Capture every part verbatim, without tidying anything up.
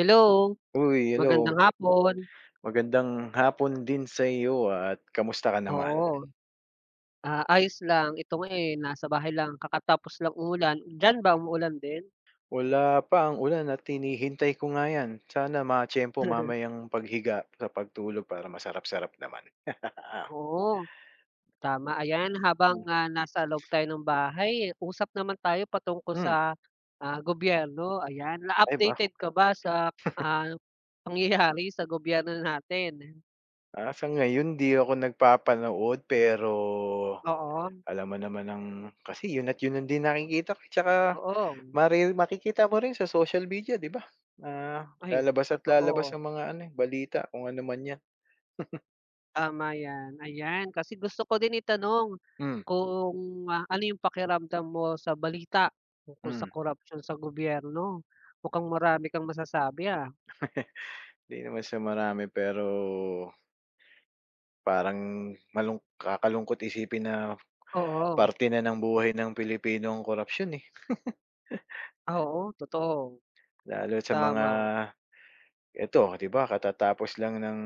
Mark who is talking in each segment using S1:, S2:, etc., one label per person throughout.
S1: Hello,
S2: Uy,
S1: magandang
S2: hello.
S1: hapon.
S2: Magandang hapon din sa iyo at kamusta ka naman?
S1: Oo, ah, ayos lang. Ito nga, eh, nasa bahay lang kakatapos lang umulan. Diyan ba umuulan din?
S2: Wala pa ang ulan at hinihintay ko nga yan. Sana matiyempo mamayang paghiga sa pagtulog para masarap-sarap naman.
S1: Oo, tama. Ayan, habang,
S2: Hmm,
S1: ah, nasa loob tayo ng bahay, usap naman tayo patungkol
S2: hmm,
S1: sa, ah, gobyerno. Ayan,
S2: ay ba?
S1: na-updated ka ba sa, ah, pangyayari sa gobyerno natin?
S2: Ah, sa ngayon 'di ako nagpapanood pero
S1: Oo,
S2: alam mo naman ang kasi yun at yun ang din nakikita ko eh. Tsaka
S1: totoo.
S2: mari makikita mo rin sa social media 'di ba? Ah,
S1: Ay,
S2: lalabas at lalabas
S1: totoo.
S2: ang mga ano, eh, balita kung ano man 'yan.
S1: Tama 'yan, ayan. Kasi gusto ko din itanong
S2: Hmm,
S1: kung, ah, ano yung pakiramdam mo sa balita tungkol sa
S2: hmm.
S1: korupsyon sa gobyerno? Mukhang marami kang masasabi, ah.
S2: Hindi naman sa marami, pero parang malung kakalungkot isipin na
S1: Oo,
S2: parte na ng buhay ng Pilipino ang korapsiyon, eh.
S1: oo, totoo,
S2: Lalo sa mga
S1: tama.
S2: eto, 'di ba, katatapos lang ng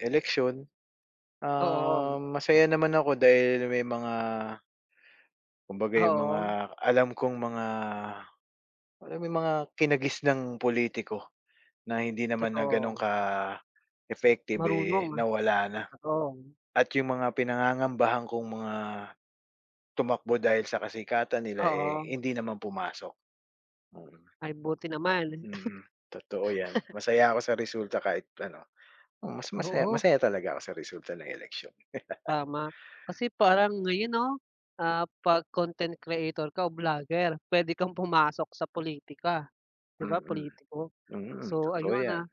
S2: eleksyon. Ah,
S1: Oo,
S2: masaya naman ako dahil may mga kumbaga yung
S1: oo,
S2: mga alam kong mga alam mo yung mga kinagis ng pulitiko na hindi naman na gano'n
S1: totoo.
S2: ka-effective, eh,
S1: Marunong, ah,
S2: nawala na.
S1: totoo.
S2: At yung mga pinangangambahan kong mga tumakbo dahil sa kasikatan nila, eh,
S1: Oo,
S2: hindi naman pumasok. Mm,
S1: ay buti naman.
S2: mm, totoo 'yan. Masaya ako sa resulta kahit ano, oo, mas masaya
S1: Oo,
S2: masaya talaga ako sa resulta ng eleksyon.
S1: tama. Kasi parang ngayon 'no, ah, 'pag content creator ka o vlogger, puwede kang pumasok sa politika. 'Di ba
S2: Mm,
S1: politiko?
S2: mm,
S1: So
S2: totoo
S1: ayun,
S2: 'yan.
S1: ah,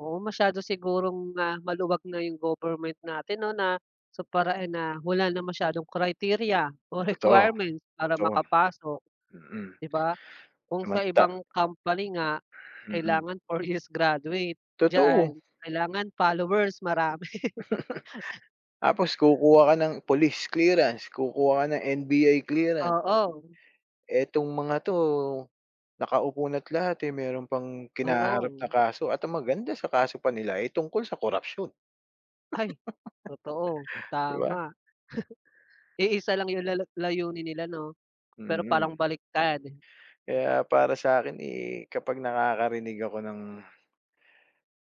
S1: oo masyado sigurong, ah, maluwag na yung government natin 'no na sa paraan na wala na masyadong criteria o
S2: Totoo,
S1: requirements para
S2: totoo,
S1: makapasok,
S2: mm.
S1: 'di ba? Kung sa
S2: Samanta
S1: ibang company nga
S2: mm,
S1: kailangan four years graduate, diyan
S2: totoo.
S1: kailangan followers marami.
S2: Tapos kukuha ka ng police clearance, kukuha ka ng N B I clearance.
S1: Oo,
S2: Etong mga 'to, nakaupo na't lahat, eh, meron pang
S1: oo.
S2: kinaharap na kaso at ang maganda sa kaso pa nila, eh, tungkol sa korapsyon,
S1: Ay, totoo,
S2: 'di ba?
S1: tama. Iisa lang yung lala layunin nila 'no, pero
S2: Mm.
S1: parang baliktad.
S2: Kaya para sa akin eh, kapag nakakarinig ako ng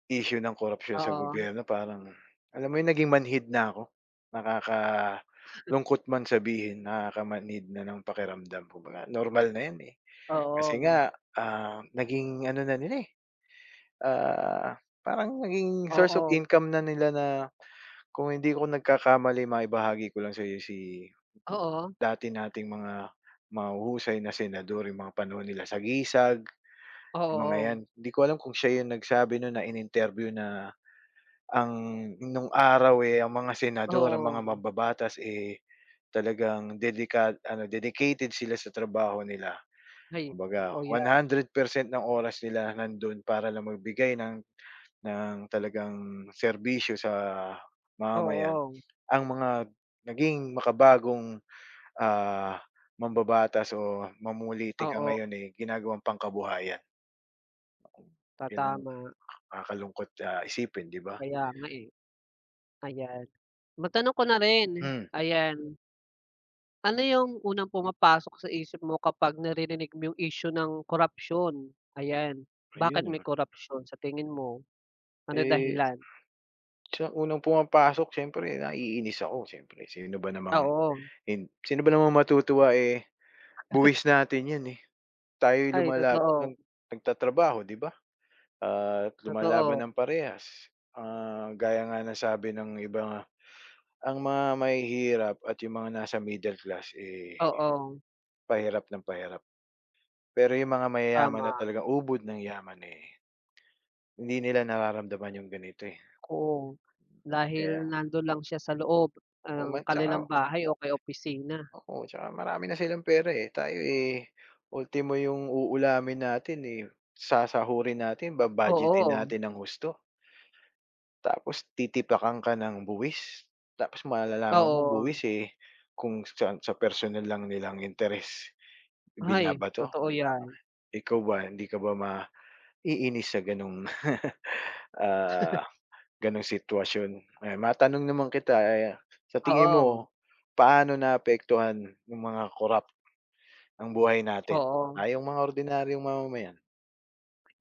S2: issue ng korupsyon sa
S1: Oo,
S2: gobyerno parang alam mo 'yun, naging manhid na ako. Nakakalungkot man sabihin, nakakamanhid na ng pakiramdam kumbaga normal na 'yan, eh. Kasi
S1: oo,
S2: nga, ah, naging ano na nila, eh, ah, parang naging source of
S1: oo.
S2: income na nila na kung hindi ako nagkakamali maibahagi ko lang sa'yo si
S1: Oo,
S2: dati nating mga mahuhusay na senador, yung mga panahon nila sa Gisag. Yung mga 'yan,
S1: oo,
S2: hindi ko alam kung siya yung nagsabi nun na in-interview na ang nung araw, eh, ang mga senador, ang mga
S1: oo.
S2: mababatas eh, talagang dedika ano, dedicated sila sa trabaho nila.
S1: Ay,
S2: Kumbaga
S1: totoo
S2: one
S1: yan.
S2: hundred percent ng oras nila nandun para lang magbigay ng ng talagang serbisyo sa mamamayan.
S1: Oo,
S2: Ang mga naging makabagong, ah, mambabatas o mamumulitika
S1: oo,
S2: ngayon, eh, ginagawang pangkabuhayan. Yun ang
S1: tatama.
S2: nakakalungkot, ah, isipin, 'di ba?
S1: Kaya nga, eh, ayan. Matanong ko na rin,
S2: Hmm.
S1: ayan. Ano yung unang pumapasok sa isip mo kapag naririnig mo yung issue ng korapsyon? Ayan, bakit
S2: Ayun,
S1: may
S2: ano.
S1: korupsyon? Sa tingin mo? Ano
S2: Eh,
S1: dahilan?
S2: sa unang pumapasok siyempre naiinis ako, siyempre sino ba namang
S1: Oo,
S2: hin sino ba namang matutuwa, eh, buwis natin 'yan, eh. Tayo
S1: ay
S2: lumalab
S1: totoo,
S2: ng nagtatrabaho, 'di ba? At lumalaban
S1: totoo.
S2: ng parehas. Ah, gaya nga ng sabi ng iba nga, ang mga mahihirap at yung mga nasa middle class, eh,
S1: Oo,
S2: pahirap ng pahirap. Pero yung mga mayayaman na
S1: tama,
S2: talagang ubod ng yaman, eh, hindi nila nararamdaman yung ganito, eh.
S1: oo. Dahil
S2: Kaya
S1: nandun lang siya sa loob
S2: oo,
S1: ng
S2: man
S1: kanilang
S2: tsaka
S1: bahay o kay opisina.
S2: oo, tsaka marami na silang pera, eh. Tayo, eh, ultimo yung uulamin natin, eh, sasahurin natin, ba-budgetin
S1: Oo,
S2: natin nang husto, tapos titipakan ka ng buwis. Tapos malalaman mo
S1: oo.
S2: buwis, eh, kung sa sa personal lang nilang interes
S1: Ay,
S2: binabato.
S1: totoo 'yan.
S2: Ikaw ba, hindi ka ba maiinis sa gano'ng, ah, gano'ng sitwasyon? Eh, matanong naman kita, eh, sa tingin
S1: Oo,
S2: mo, paano naapektuhan ng mga korap ang buhay natin,
S1: oo.
S2: ah, yung mga ordinaryong mamamayan.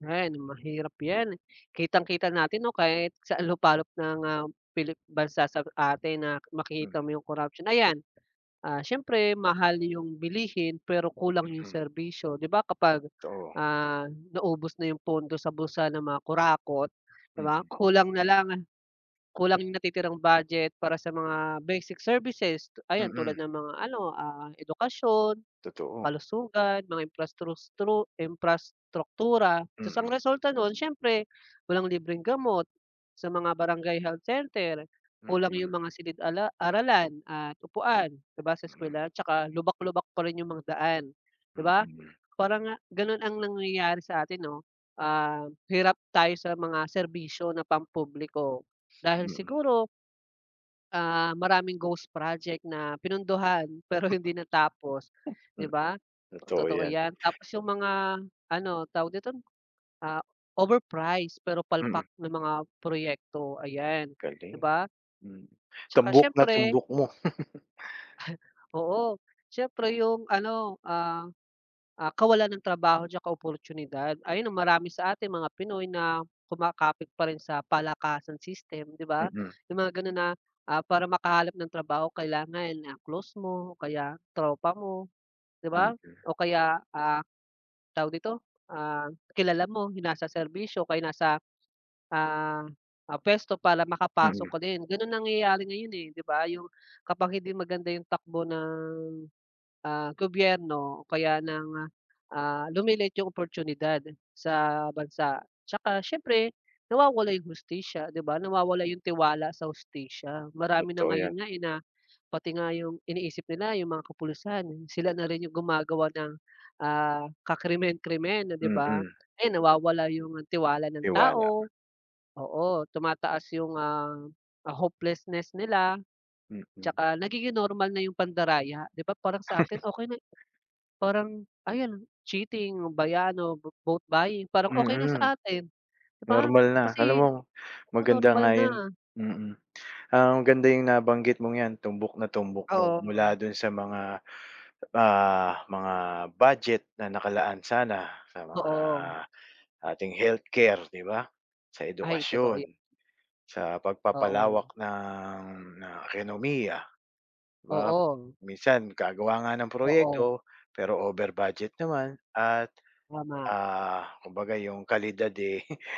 S1: Ayan, mahirap 'yan. Kitang-kita natin 'no, kahit sa lupalop ng, ah, Pilip bansa sa atin na makikita
S2: Mm,
S1: mo yung corruption. Ayan, ah, siyempre mahal yung bilihin pero kulang yung
S2: mm,
S1: serbisyo. 'Di ba kapag,
S2: totoo.
S1: ah, naubos na yung pondo sa bulsa ng mga kurakot, 'di ba,
S2: Mm,
S1: kulang na lang kulang yung natitirang budget para sa mga basic services. Ayan, tulad
S2: mm,
S1: ng mga ano, ah, edukasyon,
S2: totoo.
S1: kalusugan, mga imprastrustru imprastruktura. Ta's ang
S2: Mm,
S1: resulta no'n siyempre walang libreng gamot sa mga barangay health center,
S2: mm,
S1: kulang yung mga silid aralan at upuan, 'di ba, sa
S2: mm,
S1: eskuwelahan tsaka lubak-lubak pa rin yung mga daan, 'di ba?
S2: mm,
S1: Parang nga gano'n ang nangyayari sa atin 'no, ah, hirap tayo sa mga serbisyo na pampubliko dahil
S2: mm,
S1: siguro ah, maraming ghost project na pinunduhan pero hindi natapos, 'di
S2: hmm,
S1: ba?
S2: totoo
S1: Totoo
S2: yan.
S1: 'yan. Tapos yung mga ano, tawag dito, ah, overpriced pero
S2: Mm,
S1: palpak na mga proyekto, ayan, 'di
S2: galing.
S1: ba?
S2: Mm,
S1: Tsaka
S2: tumbok na
S1: siyempre
S2: tumbok mo.
S1: oo, siyempre yung ano, ah Ah, kawalan ng trabaho 'tsaka oportunidad. Ayun ang marami sa atin mga Pinoy na kumakapit pa rin sa palakasan system, 'di ba?
S2: Mm,
S1: Yung mga gano'n na, ah, para makahanap ng trabaho kailangan, na close mo o kaya tropa mo, 'di
S2: mm,
S1: ba?
S2: mm,
S1: O kaya, ah, tawag dito, ah, kilala mo, yung nasa serbisyo kaya nasa, ah, ah, puwesto para makapasok
S2: mm.
S1: ka din. Gano'n nangyayari ngayon, eh, 'di ba? Yung kapag hindi maganda yung takbo ng ah, gobyerno o kaya ng, ah, lumilit yung oportunidad sa bansa. Tsaka siyempre nawawala yung hustisya, 'di ba? Nawawala yung tiwala sa hustisya. Marami na
S2: Totoo
S1: ngayon
S2: yan.
S1: nga, eh, na pati nga yung iniisip nila yung mga kapulisan, sila na rin yung gumagawa ng, ah, kakrimen-krimen, 'di
S2: Mm,
S1: ba?
S2: mm,
S1: Ayan, nawawala yung tiwala ng
S2: tiwala.
S1: tao, oo, tumataas yung, ah, ah, hopelessness nila,
S2: Mm, mm,
S1: tsaka nagiging normal na yung pandaraya, 'di ba? Parang sa atin okay na. Parang ayun, cheating, bayano, bo vote buying, parang okey na
S2: mm,
S1: sa atin, 'di ba?
S2: normal na. Alam
S1: Kasi
S2: mo
S1: oo,
S2: maganda
S1: normal
S2: nga yun.
S1: na.
S2: Mm, mm. Ah, ang ganda yung nabanggit mong 'yan, tumbok na tumbok mo
S1: Oo,
S2: mula do'n sa mga, ah, mga budget na nakalaan sana sa mga
S1: oo.
S2: ating healthcare, 'di ba? Sa
S1: Ay, totoo
S2: edukasyon,
S1: yan,
S2: sa
S1: oo.
S2: pagpapalawak ng ng ekonomiya, 'di ba?
S1: Oo,
S2: Minsan gagawa nga ng
S1: oo,
S2: proyekto pero over budget naman at,
S1: tama.
S2: ah, kumbaga yung kalidad, eh,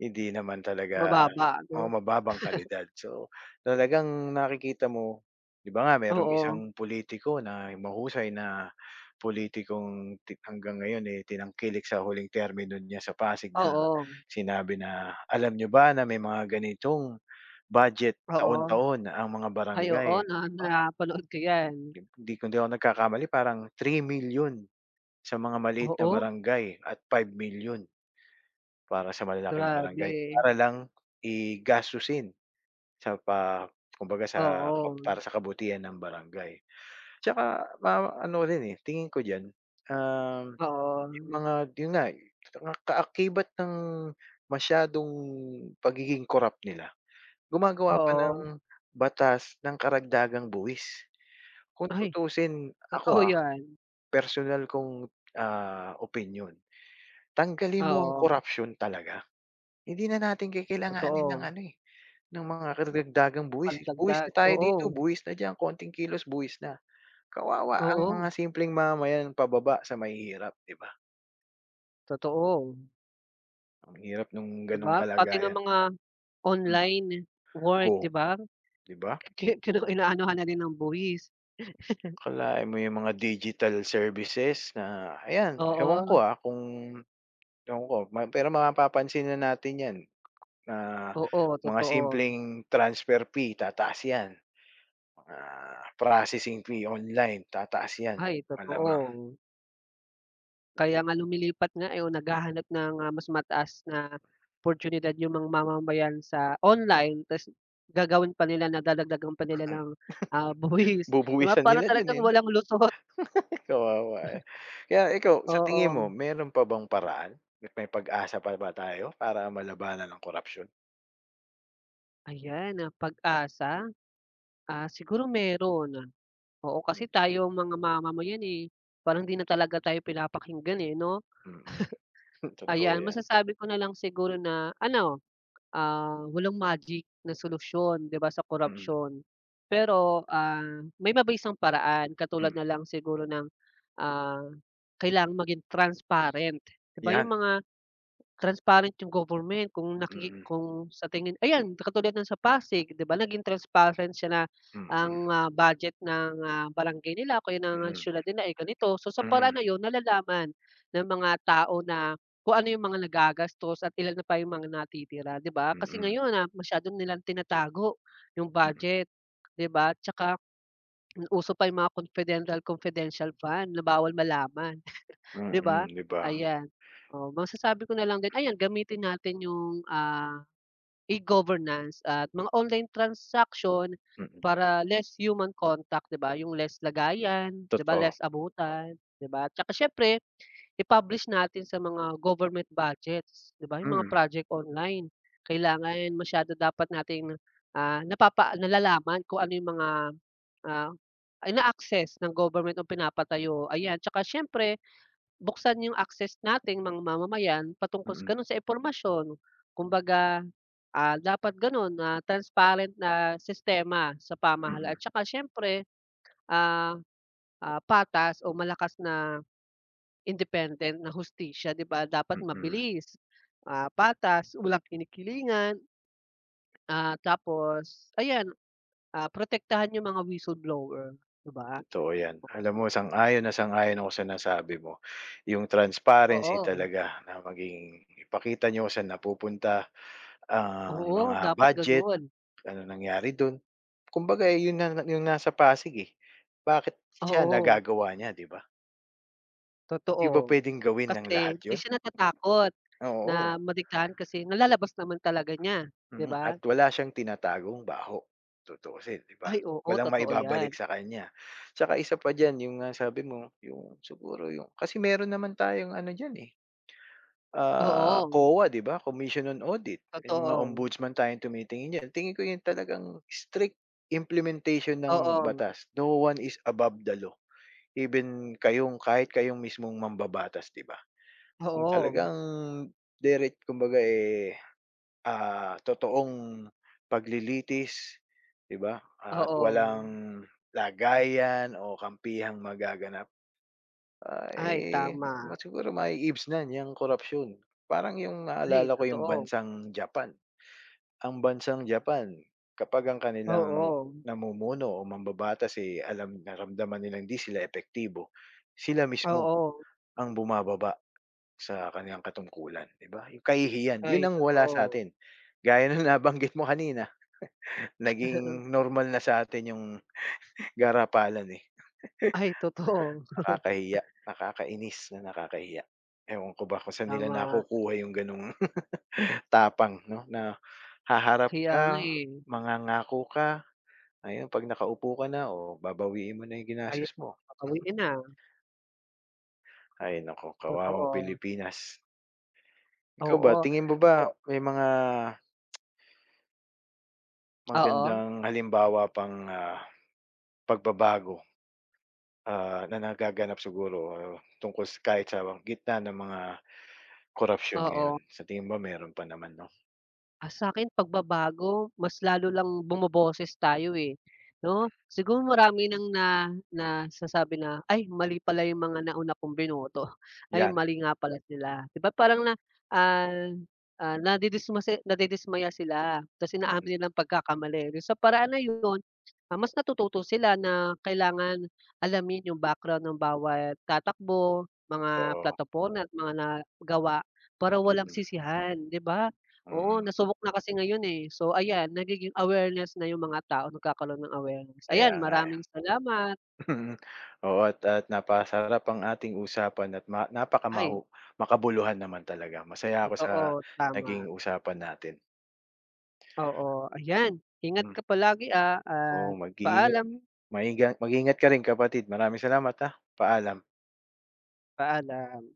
S2: hindi naman talaga
S1: Mababa 'no?
S2: o mababang kalidad. So, talagang nakikita mo, 'di ba nga merong
S1: Oo,
S2: isang politiko na mahusay na pulitikong ti hanggang ngayon, eh, tinangkilik sa huling termino niya sa Pasig na
S1: oo,
S2: sinabi na, "Alam nyo ba na may mga ganitong budget
S1: oo.
S2: taon-taon ang mga
S1: Ay,
S2: barangay?"
S1: oo, na
S2: 'Di ba?
S1: napanood ko yan.
S2: Di di kung di ako nagkakamali parang three million sa mga maliit na
S1: Oo,
S2: barangay at five million para sa malalaking barangay,
S1: grabe.
S2: para lang i sa pa kumbaga sa kap
S1: Oo,
S2: para sa kabutihan ng barangay. Tsaka ma ano rin, eh, tingin ko diyan, um,
S1: oo,
S2: yung mga yun nga, mga kaakibat ng masyadong pagiging corrupt nila, gumagawa pa
S1: oo.
S2: ng batas ng karagdagang buwis. Kung
S1: Ay,
S2: tutuusin, ako,
S1: totoo
S2: ah,
S1: yan.
S2: personal kong, ah, opinyon, tanggalin mo ang
S1: Oo,
S2: korapsyon talaga. Hindi na natin kikailanganin ng
S1: totoo.
S2: ano, eh, ng mga karagdagang buwis, eh. Buwis
S1: Pagdagdag,
S2: na tayo
S1: oo,
S2: dito, buwis na diyan, konting kilos buwis na. Kawawa ang
S1: oo.
S2: mga simpleng mamamayan pababa sa mahihirap, 'di ba?
S1: Totoo,
S2: Ang hirap nung
S1: 'di
S2: gano'ng
S1: ba? Pati nga
S2: kalagayan,
S1: mga
S2: hmm,
S1: online work,
S2: oh,
S1: 'di ba?
S2: 'di ba?
S1: Ki kinu Inaanuhan na rin ng buwis.
S2: Akalain mo yung mga digital services na ayan, ewan ko,
S1: Oo,
S2: ah, kung ewan ko ma pero mapapansin na natin 'yan na
S1: oo,
S2: mga
S1: totoo.
S2: simpleng transfer fee tataas 'yan, mga processing fee online tataas 'yan,
S1: Ay, totoo.
S2: malamang.
S1: Kaya nga lumilipat nga, eh, o naghahanap ng, ah, mas mataas na oportunidad yung mga mamamayan sa online ta's gagawin pa nila na dadagdagan pa nila
S2: Hmm,
S1: ng, ah, buwis, 'di ba?
S2: bubuwisan
S1: Para
S2: nila do'n,
S1: talagang
S2: eh. No?
S1: walang lusot.
S2: Kawawa, eh. Kaya ikaw, sa
S1: Oo,
S2: tingin mo meron pa bang paraan at may pag-asa pa ba tayo para malabanan ang korapsiyon?
S1: ayan, ah, pag-asa, ah, siguro meron. ah. Oo,
S2: Hmm,
S1: kasi
S2: mm.
S1: tayo mga mamamayan, eh, parang hindi na talaga tayo pinapakinggan, eh, 'no?
S2: Mm-mm. Totoo
S1: Ayan,
S2: 'yan.
S1: masasabi ko na lang siguro na ano, ah, walang magic na solusyon, 'di ba, sa
S2: Mm,
S1: korupsiyon. Pero, ah, may mabisang paraan
S2: hmm.
S1: katulad na lang siguro ng, ah, kailangang maging transparent, 'di ba, yung
S2: 'Yan,
S1: mga Transparent yung government kung naki
S2: mm,
S1: kung sa tingin ayan, katulad ng sa Pasig 'di ba naging transparent siya na ang,
S2: mm,
S1: ah, budget ng, ah, barangay nila o kaya ng
S2: mm,
S1: siyudad nila, eh, ganito. So, sa paraan
S2: mm,
S1: na yun nalalaman ng mga tao na kung ano yung mga nagagastos at ilan na pa yung mga natitira, 'di ba? Kasi
S2: mm,
S1: ngayon, ah, masyado nilang tinatago yung budget, 'di ba? Tsaka uso pa yung mga confidential confidential fund na bawal malaman.
S2: mm,
S1: 'Di ba?
S2: mm, 'di ba?
S1: Ayan, oo, masasabi ko na lang din, ayan gamitin natin yung, ah, e-governance at mga online transaction
S2: Mm,
S1: para less human contact, 'di ba? Yung less lagayan, 'di ba,
S2: totoo.
S1: less abutan, 'di ba? Tsaka siyempre i-publish natin sa mga government budgets, 'di ba, yung mga
S2: Mm,
S1: project online. Kailangan masyado dapat nating, ah, napapa nalalaman kung ano yung mga, ah, ay na access ng government o pinapatayo, ayan. Tsaka siyempre Buksan yung access nating mga mamamayan patungkol sa
S2: mm,
S1: gano'n sa impormasyon. Kumbaga, ah, dapat gano'n na transparent na sistema sa
S2: mm,
S1: pamahalaan. Tsaka siyempre, ah, ah, patas o malakas na independent na hustisya, 'di ba? Dapat
S2: mm,
S1: mabilis, ah, patas, walang kinikilingan, ah, tapos ayan, ah, protektahan yung mga whistleblower, 'di ba?
S2: totoo 'yan. Alam mo sang-ayon na sang-ayon ako sa nasabi mo. Yung transparency
S1: Oo.
S2: talaga na maging ipakita niyo kung saan napupunta ang
S1: Oo,
S2: mga
S1: dapat
S2: budget.
S1: gano'n.
S2: Ano nangyari don kumbaga, eh, yun na yung nasa Pasig, eh. Bakit siya
S1: Oo.
S2: nagagawa niya, 'di ba? 'Di ba
S1: Totoo.
S2: puwedeng gawin ng
S1: Kasi
S2: lahat
S1: hindi
S2: yun?
S1: siya natatakot
S2: Oo,
S1: na madiktahan kasi nalalabas naman talaga niya, 'di
S2: mm,
S1: ba?
S2: at wala siyang tinatagong baho, tutuusin, 'di ba?
S1: Ay, oo,
S2: Walang
S1: totoo 'yan.
S2: maibabalik sa kanya. Tsaka isa pa diyan yung, ah, sabi mo, yung siguro yung kasi meron naman tayong ano diyan, eh, ah,
S1: Oo,
S2: COA, 'di ba, Commission on Audit. May mga
S1: totoo.
S2: ombudsman tayong tumitingin diyan. Tingin ko yun talagang strict implementation ng
S1: Oo,
S2: batas. No one is above the law. Even kayong kahit kayong mismong mambabatas, 'di ba? Kung
S1: oo,
S2: talagang deret kumbaga, eh, ah, totoong paglilitis, 'di ba? At
S1: oo.
S2: walang lagayan o kampihang magaganap, ay
S1: Ay, tama.
S2: ma siguro mai na yang korupsyon. Parang yung
S1: Ay,
S2: naalala ko yung
S1: totoo.
S2: bansang Japan. Ang bansang Japan, kapag ang kanilang
S1: Oo,
S2: namumuno o mambabatas, eh, alam naramdaman nilang 'di sila epektibo, sila mismo
S1: oo.
S2: ang bumababa sa kaniyang katungkulan, 'di ba? Yung kahihiyan,
S1: Ay,
S2: yun ang wala sa
S1: totoo.
S2: atin, gaya ng nabanggit mo kanina, naging normal na sa atin yung garapalan, eh.
S1: Ay, totoo.
S2: Nakakahiya, nakakainis na nakakahiya. Ewan ko ba kung saan nila
S1: Tama.
S2: nakukuha yung gano'ng tapang 'no, na haharap
S1: Kaya nga,
S2: ka,
S1: eh.
S2: mangangako ka, ayun 'pag nakaupo ka na, o babawiin mo na yung
S1: Ay,
S2: ginastos mo.
S1: babawiin na.
S2: Ay naku, kawawang
S1: Totoo.
S2: Pilipinas. Ikaw ba,
S1: Oo.
S2: tingin mo ba
S1: O
S2: may mga
S1: oo,
S2: magandang halimbawa pang, ah, pagbabago, ah, na nagaganap siguro ah, tungkol sa kahit sa gitna ng mga korapsiyon ngayon.
S1: oo.
S2: Sa tingin mo meron pa naman 'no?
S1: Ah, sa'kin pagbabago mas lalo lang bumoboses tayo, eh, 'no? Siguro marami ng na nasasabi na, "Ay mali pala yung mga nauna kong binoto. Ay
S2: 'Yan,
S1: mali nga pala sila." 'Di ba parang na, ah, ah, nadidismase nadidismaya sila kasi
S2: mm,
S1: naamin nilang pagkakamali. Sa paraan na yun, ah, mas natututo sila na kailangan alamin yung background ng bawat tatakbo, mga
S2: oo,
S1: plataporma at mga nagawa para walang
S2: mm,
S1: sisihan, 'di ba? Oo,
S2: mm.
S1: nasubok na kasi ngayon, eh. So ayan, nagiging awareness na yung mga tao, nagkakaroon ng awareness.
S2: Kaya
S1: Ayan,
S2: nga, eh.
S1: maraming salamat.
S2: Oo at at napakasarap ang ating usapan at ma
S1: Ay,
S2: napakamahu makabuluhan naman talaga. Masaya ako sa
S1: totoo, tama.
S2: naging usapan natin.
S1: Oo, ayan. Ingat
S2: Hmm,
S1: ka palagi, ah,
S2: oo,
S1: at
S2: mag-iingat
S1: paalam.
S2: maingat mag-ingat ka rin kapatid. Maraming salamat, ah. Paalam.
S1: Paalam.